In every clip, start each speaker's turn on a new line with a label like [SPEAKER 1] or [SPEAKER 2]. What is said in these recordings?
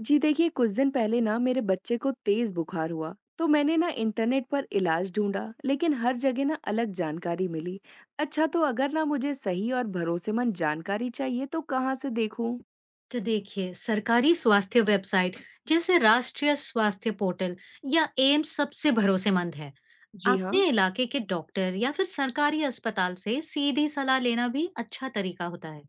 [SPEAKER 1] जी देखिए, कुछ दिन पहले ना मेरे बच्चे को तेज बुखार हुआ। तो मैंने ना इंटरनेट पर इलाज ढूंढा, लेकिन हर जगह ना अलग जानकारी मिली। अच्छा, तो अगर ना मुझे सही और भरोसेमंद जानकारी चाहिए तो कहाँ से देखूं?
[SPEAKER 2] तो देखिए सरकारी स्वास्थ्य वेबसाइट जैसे राष्ट्रीय स्वास्थ्य पोर्टल या एम्स सबसे भरोसेमंद है।
[SPEAKER 1] जी हाँ।
[SPEAKER 2] अपने इलाके के डॉक्टर या फिर सरकारी अस्पताल से सीधी सलाह लेना भी अच्छा तरीका होता है।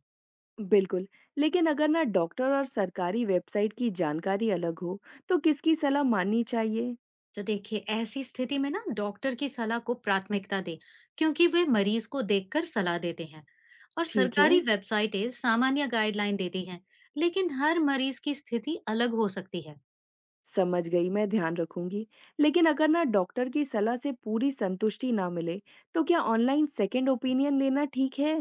[SPEAKER 1] बिल्कुल। लेकिन अगर ना डॉक्टर और सरकारी वेबसाइट की जानकारी अलग हो, तो किसकी सलाह माननी चाहिए?
[SPEAKER 2] तो देखिए ऐसी स्थिति में ना डॉक्टर की सलाह को प्राथमिकता दे, क्योंकि वे मरीज को देखकर सलाह देते हैं और
[SPEAKER 1] ठीक है।
[SPEAKER 2] सरकारी वेबसाइटें सामान्य गाइडलाइन देती हैं। लेकिन हर मरीज की स्थिति अलग हो सकती है।
[SPEAKER 1] समझ गई, मैं ध्यान रखूंगी। लेकिन अगर ना डॉक्टर की सलाह से पूरी संतुष्टि ना मिले, तो क्या ऑनलाइन सेकेंड ओपिनियन लेना ठीक है?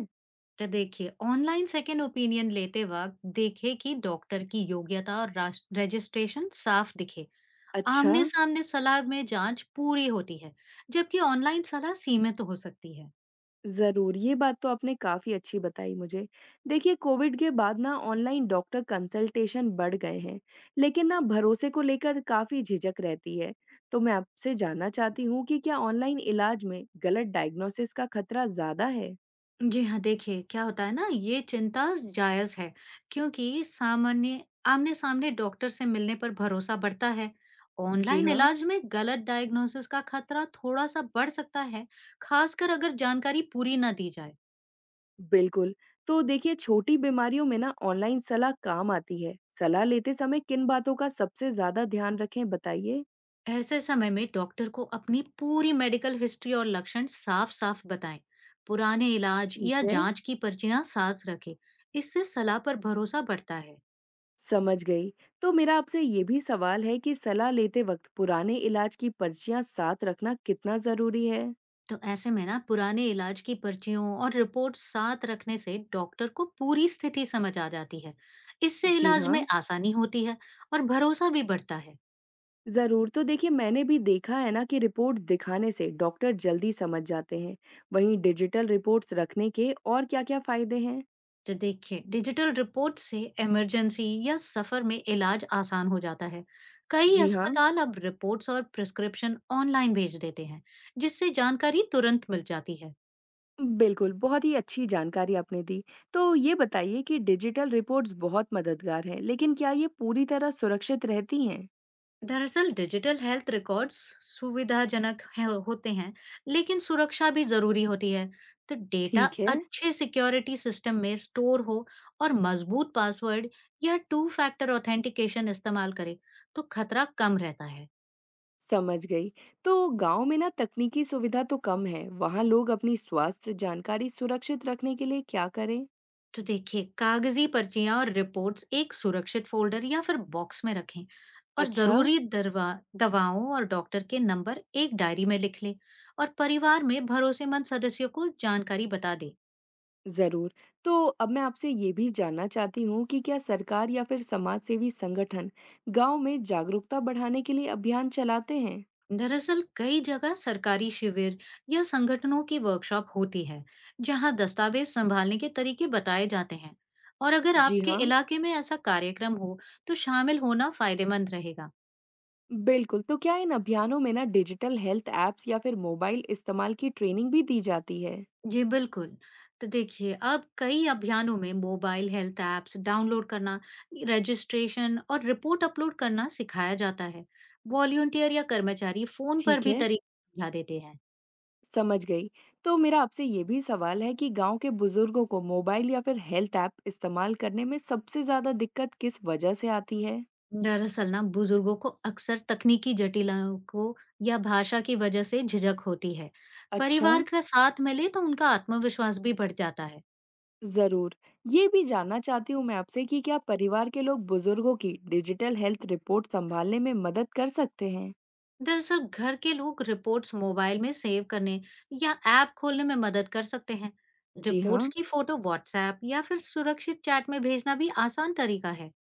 [SPEAKER 2] तो देखिए ऑनलाइन सेकेंड ओपिनियन लेते वक्त देखे कि डॉक्टर की योग्यता और रजिस्ट्रेशन साफ दिखे।
[SPEAKER 1] अच्छा।
[SPEAKER 2] आमने सामने सलाह में जांच पूरी होती है, जबकि ऑनलाइन सलाह सीमित हो सकती है।
[SPEAKER 1] ज़रूर, ये बात तो आपने काफ़ी अच्छी बताई मुझे। देखिए, कोविड के बाद ना ऑनलाइन डॉक्टर कंसल्टेशन बढ़ गए हैं, लेकिन ना भरोसे को लेकर काफ़ी झिझक रहती है। तो मैं आपसे जानना चाहती हूँ कि क्या ऑनलाइन इलाज में गलत डायग्नोसिस का खतरा ज़्यादा है?
[SPEAKER 2] जी हाँ, देखिए क्या होता है ना, ये चिंता जायज है। क्योंकि सामान्य आमने सामने डॉक्टर से मिलने पर भरोसा बढ़ता है।
[SPEAKER 1] जी
[SPEAKER 2] ऑनलाइन
[SPEAKER 1] हाँ,
[SPEAKER 2] इलाज में गलत डायग्नोसिस का खतरा थोड़ा सा बढ़ सकता है, खासकर अगर जानकारी पूरी ना दी जाए।
[SPEAKER 1] बिल्कुल। तो देखिए, छोटी बीमारियों में ना ऑनलाइन सलाह काम आती है। सलाह लेते समय किन बातों का सबसे ज़्यादा ध्यान रखें, बताइए?
[SPEAKER 2] ऐसे समय में डॉक्टर को अपनी पूरी मेडिकल हिस्ट्री और लक्षण साफ साफ बताएं। पुराने इलाज
[SPEAKER 1] ठीक
[SPEAKER 2] या
[SPEAKER 1] है।
[SPEAKER 2] जांच की पर्चियां साथ रखें। इससे सलाह पर भरोसा बढ़ता है।
[SPEAKER 1] समझ गई। तो मेरा आपसे ये भी सवाल है कि सलाह लेते वक्त पुराने इलाज की पर्चियां साथ रखना कितना ज़रूरी है?
[SPEAKER 2] तो ऐसे में ना पुराने इलाज की पर्चियों और रिपोर्ट साथ रखने से डॉक्टर को पूरी स्थिति समझ आ जाती है। इससे
[SPEAKER 1] जी
[SPEAKER 2] इलाज
[SPEAKER 1] हाँ।
[SPEAKER 2] में आसानी होती है और भरोसा भी बढ़ता है।
[SPEAKER 1] ज़रूर। तो देखिए, मैंने भी देखा है ना कि रिपोर्ट दिखाने से डॉक्टर जल्दी समझ जाते हैं। वहीं डिजिटल रिपोर्ट्स रखने के और क्या-क्या फायदे हैं?
[SPEAKER 2] तो देखिए डिजिटल रिपोर्ट से इमरजेंसी या सफर में इलाज आसान हो जाता है। कई
[SPEAKER 1] जी हाँ,
[SPEAKER 2] अस्पताल अब रिपोर्ट्स और प्रिस्क्रिप्शन ऑनलाइन भेज देते हैं, जिससे जानकारी तुरंत मिल जाती है।
[SPEAKER 1] बिल्कुल। बहुत ही अच्छी जानकारी आपने दी। तो ये बताइए कि डिजिटल रिपोर्ट्स बहुत मददगार हैं, लेकिन क्या ये पूरी तरह सुरक्षित रहती हैं?
[SPEAKER 2] दरअसल डिजिटल हेल्थ रिकॉर्ड्स होते हैं, लेकिन सुरक्षा भी जरूरी होती है। तो डेटा
[SPEAKER 1] ठीक है।
[SPEAKER 2] अच्छे सिक्योरिटी सिस्टम में स्टोर हो और मजबूत पासवर्ड या टू फैक्टर ऑथेंटिकेशन इस्तेमाल करे तो खतरा कम रहता है।
[SPEAKER 1] समझ गई। तो गाँव में ना तकनीकी सुविधा तो कम है, वहाँ लोग अपनी स्वास्थ्य जानकारी सुरक्षित रखने के लिए क्या करें?
[SPEAKER 2] तो देखिए कागजी पर्चियां और रिपोर्ट्स एक सुरक्षित फोल्डर या फिर बॉक्स में रखें। और
[SPEAKER 1] अच्छा।
[SPEAKER 2] जरूरी दरवा दवाओं और डॉक्टर के नंबर एक डायरी में लिख लें। और परिवार में भरोसेमंद सदस्यों को जानकारी बता दें।
[SPEAKER 1] ज़रूर। तो अब मैं आपसे ये भी जानना चाहती हूँ कि क्या सरकार या फिर समाजसेवी संगठन गाँव में जागरूकता बढ़ाने के लिए अभियान चलाते हैं?
[SPEAKER 2] दरअसल कई जगह सरकारी शिविर या संगठनों की वर्कशॉप होती है, जहां दस्तावेज संभालने के तरीके बताए जाते हैं। और अगर
[SPEAKER 1] जी
[SPEAKER 2] आपके
[SPEAKER 1] हाँ,
[SPEAKER 2] इलाके में ऐसा कार्यक्रम हो तो शामिल होना फायदेमंद रहेगा।
[SPEAKER 1] बिल्कुल। तो क्या इन अभियानों में ना डिजिटल हेल्थ ऐप्स या फिर मोबाइल इस्तेमाल की ट्रेनिंग भी दी जाती है?
[SPEAKER 2] जी बिल्कुल। तो देखिए, अब कई अभियानों में मोबाइल हेल्थ ऐप्स डाउनलोड करना, रजिस्ट्रेशन और रिपोर्ट अपलोड करना सिखाया जाता है। वॉलंटियर या कर्मचारी फ़ोन पर
[SPEAKER 1] ठीक
[SPEAKER 2] भी
[SPEAKER 1] है।
[SPEAKER 2] तरीके समझा देते हैं।
[SPEAKER 1] समझ गई। तो मेरा आपसे ये भी सवाल है कि गाँव के बुजुर्गों को मोबाइल या फिर हेल्थ ऐप इस्तेमाल करने में सबसे ज़्यादा दिक्कत किस वजह से आती है?
[SPEAKER 2] दरअसल ना बुजुर्गों को अक्सर तकनीकी जटिलाओं को या भाषा की वजह से झिझक होती है।
[SPEAKER 1] अच्छा।
[SPEAKER 2] परिवार का साथ मिले तो उनका आत्मविश्वास भी बढ़ जाता है।
[SPEAKER 1] ज़रूर। ये भी जानना चाहती हूँ मैं आपसे कि क्या परिवार के लोग बुजुर्गों की डिजिटल हेल्थ रिपोर्ट सँभालने में मदद कर सकते हैं?
[SPEAKER 2] दरअसल घर के लोग रिपोर्ट्स मोबाइल में सेव करने या ऐप खोलने में मदद कर सकते हैं।
[SPEAKER 1] जी
[SPEAKER 2] रिपोर्ट्स
[SPEAKER 1] हाँ।
[SPEAKER 2] की फोटो व्हाट्सएप या फिर सुरक्षित चैट में भेजना भी आसान तरीका है।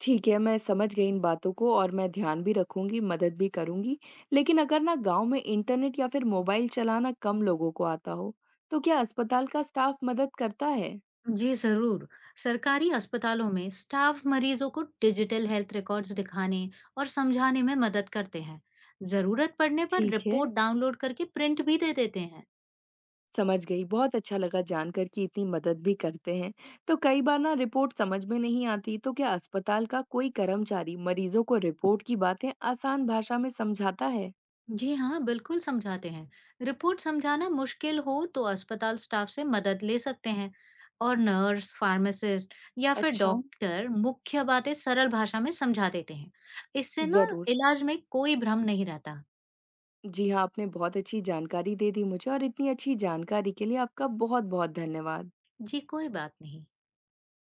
[SPEAKER 1] ठीक है, मैं समझ गई इन बातों को, और मैं ध्यान भी रखूँगी, मदद भी करूँगी। लेकिन अगर ना गाँव में इंटरनेट या फिर मोबाइल चलाना कम लोगों को आता हो, तो क्या अस्पताल का स्टाफ मदद करता है?
[SPEAKER 2] जी जरूर। सरकारी अस्पतालों में स्टाफ मरीजों को डिजिटल हेल्थ रिकॉर्ड्स दिखाने और समझाने में मदद करते हैं। जरूरत पड़ने पर
[SPEAKER 1] ठीक है।
[SPEAKER 2] रिपोर्ट डाउनलोड करके प्रिंट भी दे देते हैं।
[SPEAKER 1] समझ गई। बहुत अच्छा लगा जानकर कि इतनी मदद भी करते हैं। तो कई बार ना रिपोर्ट समझ में नहीं आती, तो क्या अस्पताल का कोई कर्मचारी मरीजों को रिपोर्ट की बातें आसान भाषा में समझाता है?
[SPEAKER 2] जी हाँ, बिल्कुल समझाते हैं। रिपोर्ट समझाना मुश्किल हो तो अस्पताल स्टाफ से मदद ले सकते हैं। और नर्स, फार्मासिस्ट या फिर
[SPEAKER 1] अच्छा।
[SPEAKER 2] डॉक्टर मुख्य बातें सरल भाषा में समझा देते हैं। इससे ना
[SPEAKER 1] ज़रूर।
[SPEAKER 2] इलाज में कोई भ्रम नहीं रहता।
[SPEAKER 1] जी हाँ, आपने बहुत अच्छी जानकारी दे दी मुझे, और इतनी अच्छी जानकारी के लिए आपका बहुत-बहुत धन्यवाद।
[SPEAKER 2] जी, कोई बात नहीं।